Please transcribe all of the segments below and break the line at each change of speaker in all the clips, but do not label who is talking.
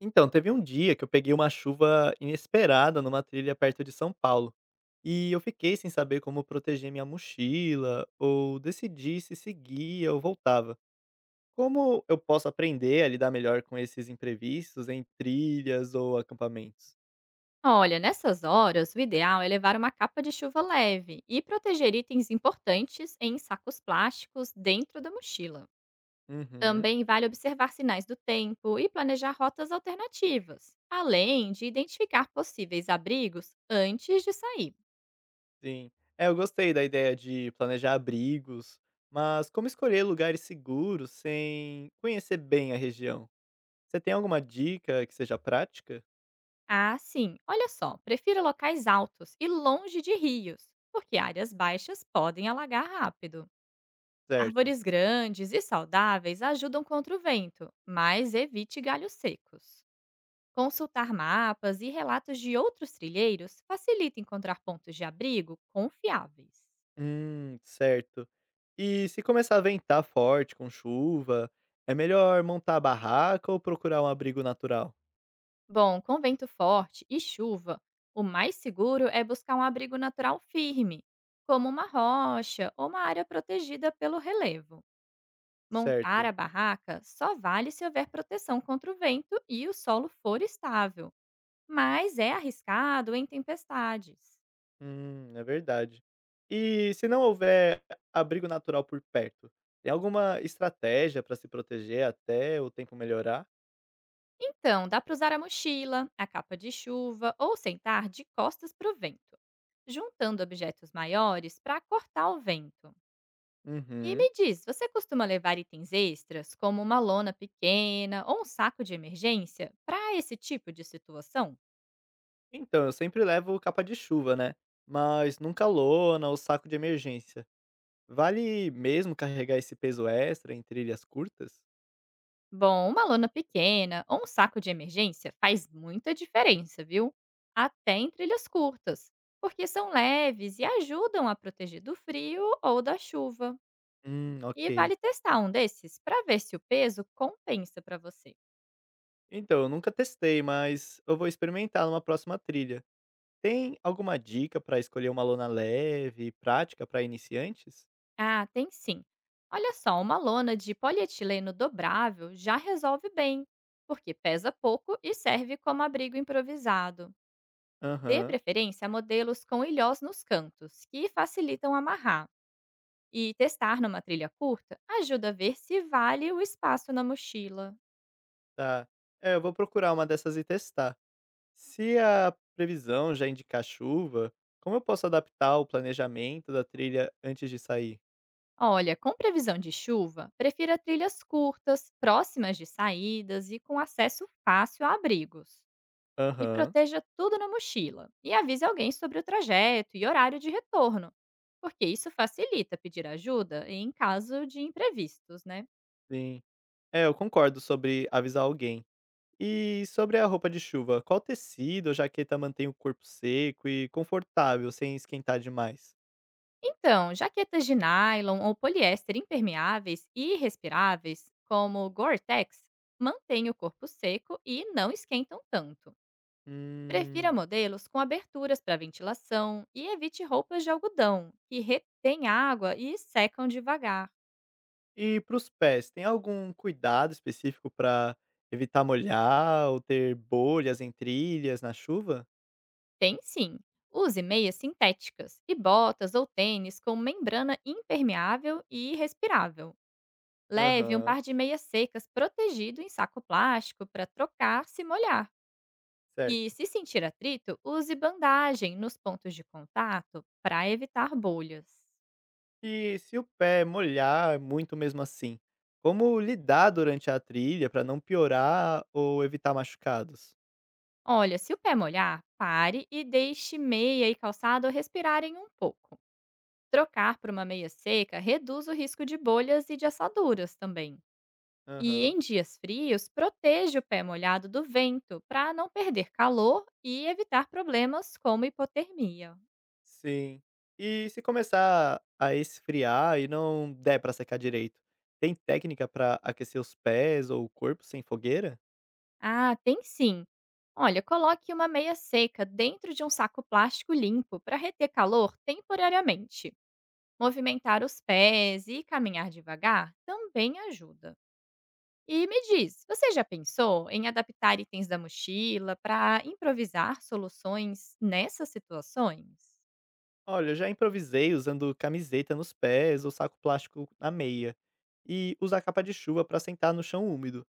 Então, teve um dia que eu peguei uma chuva inesperada numa trilha perto de São Paulo. E eu fiquei sem saber como proteger minha mochila, ou decidir se seguia ou voltava. Como eu posso aprender a lidar melhor com esses imprevistos em trilhas ou acampamentos?
Olha, nessas horas, o ideal é levar uma capa de chuva leve e proteger itens importantes em sacos plásticos dentro da mochila.
Uhum,
Também vale observar sinais do tempo e planejar rotas alternativas, além de identificar possíveis abrigos antes de sair.
sim. É, eu gostei da ideia de planejar abrigos, mas como escolher lugares seguros sem conhecer bem a região? Você tem alguma dica que seja prática?
Ah, sim, olha só, prefira locais altos e longe de rios, porque áreas baixas podem alagar rápido.
Certo.
Árvores grandes e saudáveis ajudam contra o vento, mas evite galhos secos. Consultar mapas e relatos de outros trilheiros facilita encontrar pontos de abrigo confiáveis.
Certo. E se começar a ventar forte com chuva, é melhor montar a barraca ou procurar um abrigo natural?
Bom, com vento forte e chuva, o mais seguro é buscar um abrigo natural firme, como uma rocha ou uma área protegida pelo relevo. Montar
Certo.
a barraca só vale se houver proteção contra o vento e o solo for estável, mas é arriscado em tempestades.
É verdade. E se não houver abrigo natural por perto, tem alguma estratégia para se proteger até o tempo melhorar?
Então, dá para usar a mochila, a capa de chuva ou sentar de costas para o vento, juntando objetos maiores para cortar o vento. E
Uhum.
me diz, você costuma levar itens extras, como uma lona pequena ou um saco de emergência, para esse tipo de situação?
Então, eu sempre levo capa de chuva, né? Mas nunca lona ou saco de emergência. Vale mesmo carregar esse peso extra em trilhas curtas?
Bom, uma lona pequena ou um saco de emergência faz muita diferença, viu? Até em trilhas curtas, porque são leves e ajudam a proteger do frio ou da chuva.
Ok.
E vale testar um desses para ver se o peso compensa para você.
Então, eu nunca testei, mas eu vou experimentar numa próxima trilha. Tem alguma dica pra escolher uma lona leve e prática pra iniciantes?
Ah, tem sim. Olha só, uma lona de polietileno dobrável já resolve bem, porque pesa pouco e serve como abrigo improvisado. Dê
Aham,
preferência a modelos com ilhós nos cantos, que facilitam amarrar. E testar numa trilha curta ajuda a ver se vale o espaço na mochila.
tá. É, eu vou procurar uma dessas e testar. Se a previsão já indicar chuva, como eu posso adaptar o planejamento da trilha antes de sair?
Olha, com previsão de chuva, prefira trilhas curtas, próximas de saídas e com acesso fácil a abrigos. E
Aham,
proteja tudo na mochila e avise alguém sobre o trajeto e horário de retorno, porque isso facilita pedir ajuda em caso de imprevistos, né?
sim. É, eu concordo sobre avisar alguém. E sobre a roupa de chuva, qual tecido ou jaqueta mantém o corpo seco e confortável sem esquentar demais?
Então, jaquetas de nylon ou poliéster impermeáveis e respiráveis, como Gore-Tex, mantêm o corpo seco e não esquentam tanto. Prefira
Hum.
modelos com aberturas para ventilação e evite roupas de algodão, que retêm água e secam devagar.
E para os pés, tem algum cuidado específico para evitar molhar ou ter bolhas em trilhas na chuva?
Tem sim. Use meias sintéticas e botas ou tênis com membrana impermeável e respirável. Leve um
Aham,
par de meias secas protegido em saco plástico para trocar se molhar. E
certo.
se sentir atrito, use bandagem nos pontos de contato para evitar bolhas.
E se o pé molhar muito mesmo assim, como lidar durante a trilha para não piorar ou evitar machucados?
Olha, se o pé molhar, pare e deixe meia e calçado respirarem um pouco. Trocar por uma meia seca reduz o risco de bolhas e de assaduras também. E
Aham,
em dias frios, proteja o pé molhado do vento para não perder calor e evitar problemas como hipotermia.
sim. E se começar a esfriar e não der para secar direito, tem técnica para aquecer os pés ou o corpo sem fogueira?
Ah, tem sim! Olha, coloque uma meia seca dentro de um saco plástico limpo para reter calor temporariamente. Movimentar os pés e caminhar devagar também ajuda. E me diz, você já pensou em adaptar itens da mochila para improvisar soluções nessas situações?
Olha, eu já improvisei usando camiseta nos pés ou saco plástico na meia. E usar capa de chuva para sentar no chão úmido.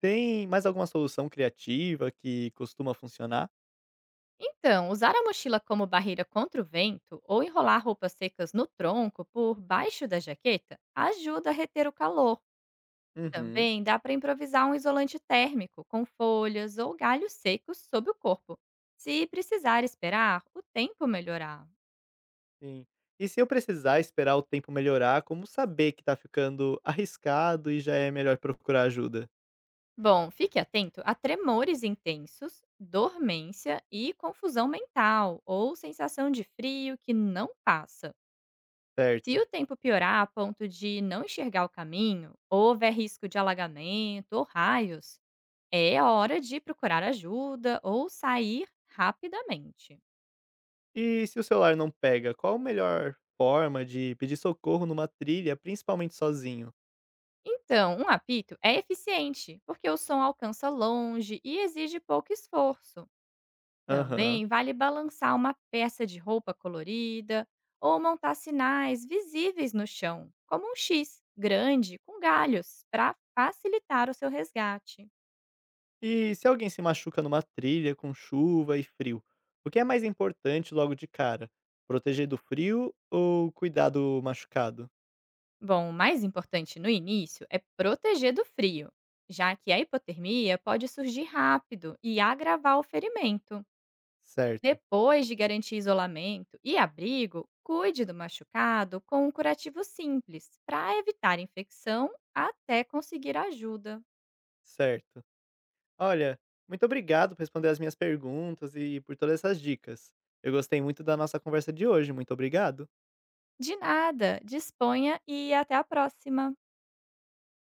Tem mais alguma solução criativa que costuma funcionar?
Então, usar a mochila como barreira contra o vento ou enrolar roupas secas no tronco por baixo da jaqueta ajuda a reter o calor.
Uhum.
Também dá para improvisar um isolante térmico com folhas ou galhos secos sob o corpo, se precisar esperar o tempo melhorar.
Sim. E se eu precisar esperar o tempo melhorar, como saber que tá ficando arriscado e já é melhor procurar ajuda?
Bom, fique atento a tremores intensos, dormência e confusão mental ou sensação de frio que não passa. Se
Certo.
o tempo piorar a ponto de não enxergar o caminho, ou houver risco de alagamento ou raios, é hora de procurar ajuda ou sair rapidamente.
E se o celular não pega, qual a melhor forma de pedir socorro numa trilha, principalmente sozinho?
Então, um apito é eficiente, porque o som alcança longe e exige pouco esforço.
Aham.
Também vale balançar uma peça de roupa colorida ou montar sinais visíveis no chão, como um X grande com galhos, para facilitar o seu resgate.
E se alguém se machuca numa trilha com chuva e frio, o que é mais importante logo de cara? Proteger do frio ou cuidar do machucado?
Bom, o mais importante no início é proteger do frio, já que a hipotermia pode surgir rápido e agravar o ferimento.
Certo,
Depois de garantir isolamento e abrigo, cuide do machucado com um curativo simples para evitar infecção até conseguir ajuda.
certo. Olha, muito obrigado por responder as minhas perguntas e por todas essas dicas. Eu gostei muito da nossa conversa de hoje. Muito obrigado.
De nada, disponha e até a próxima!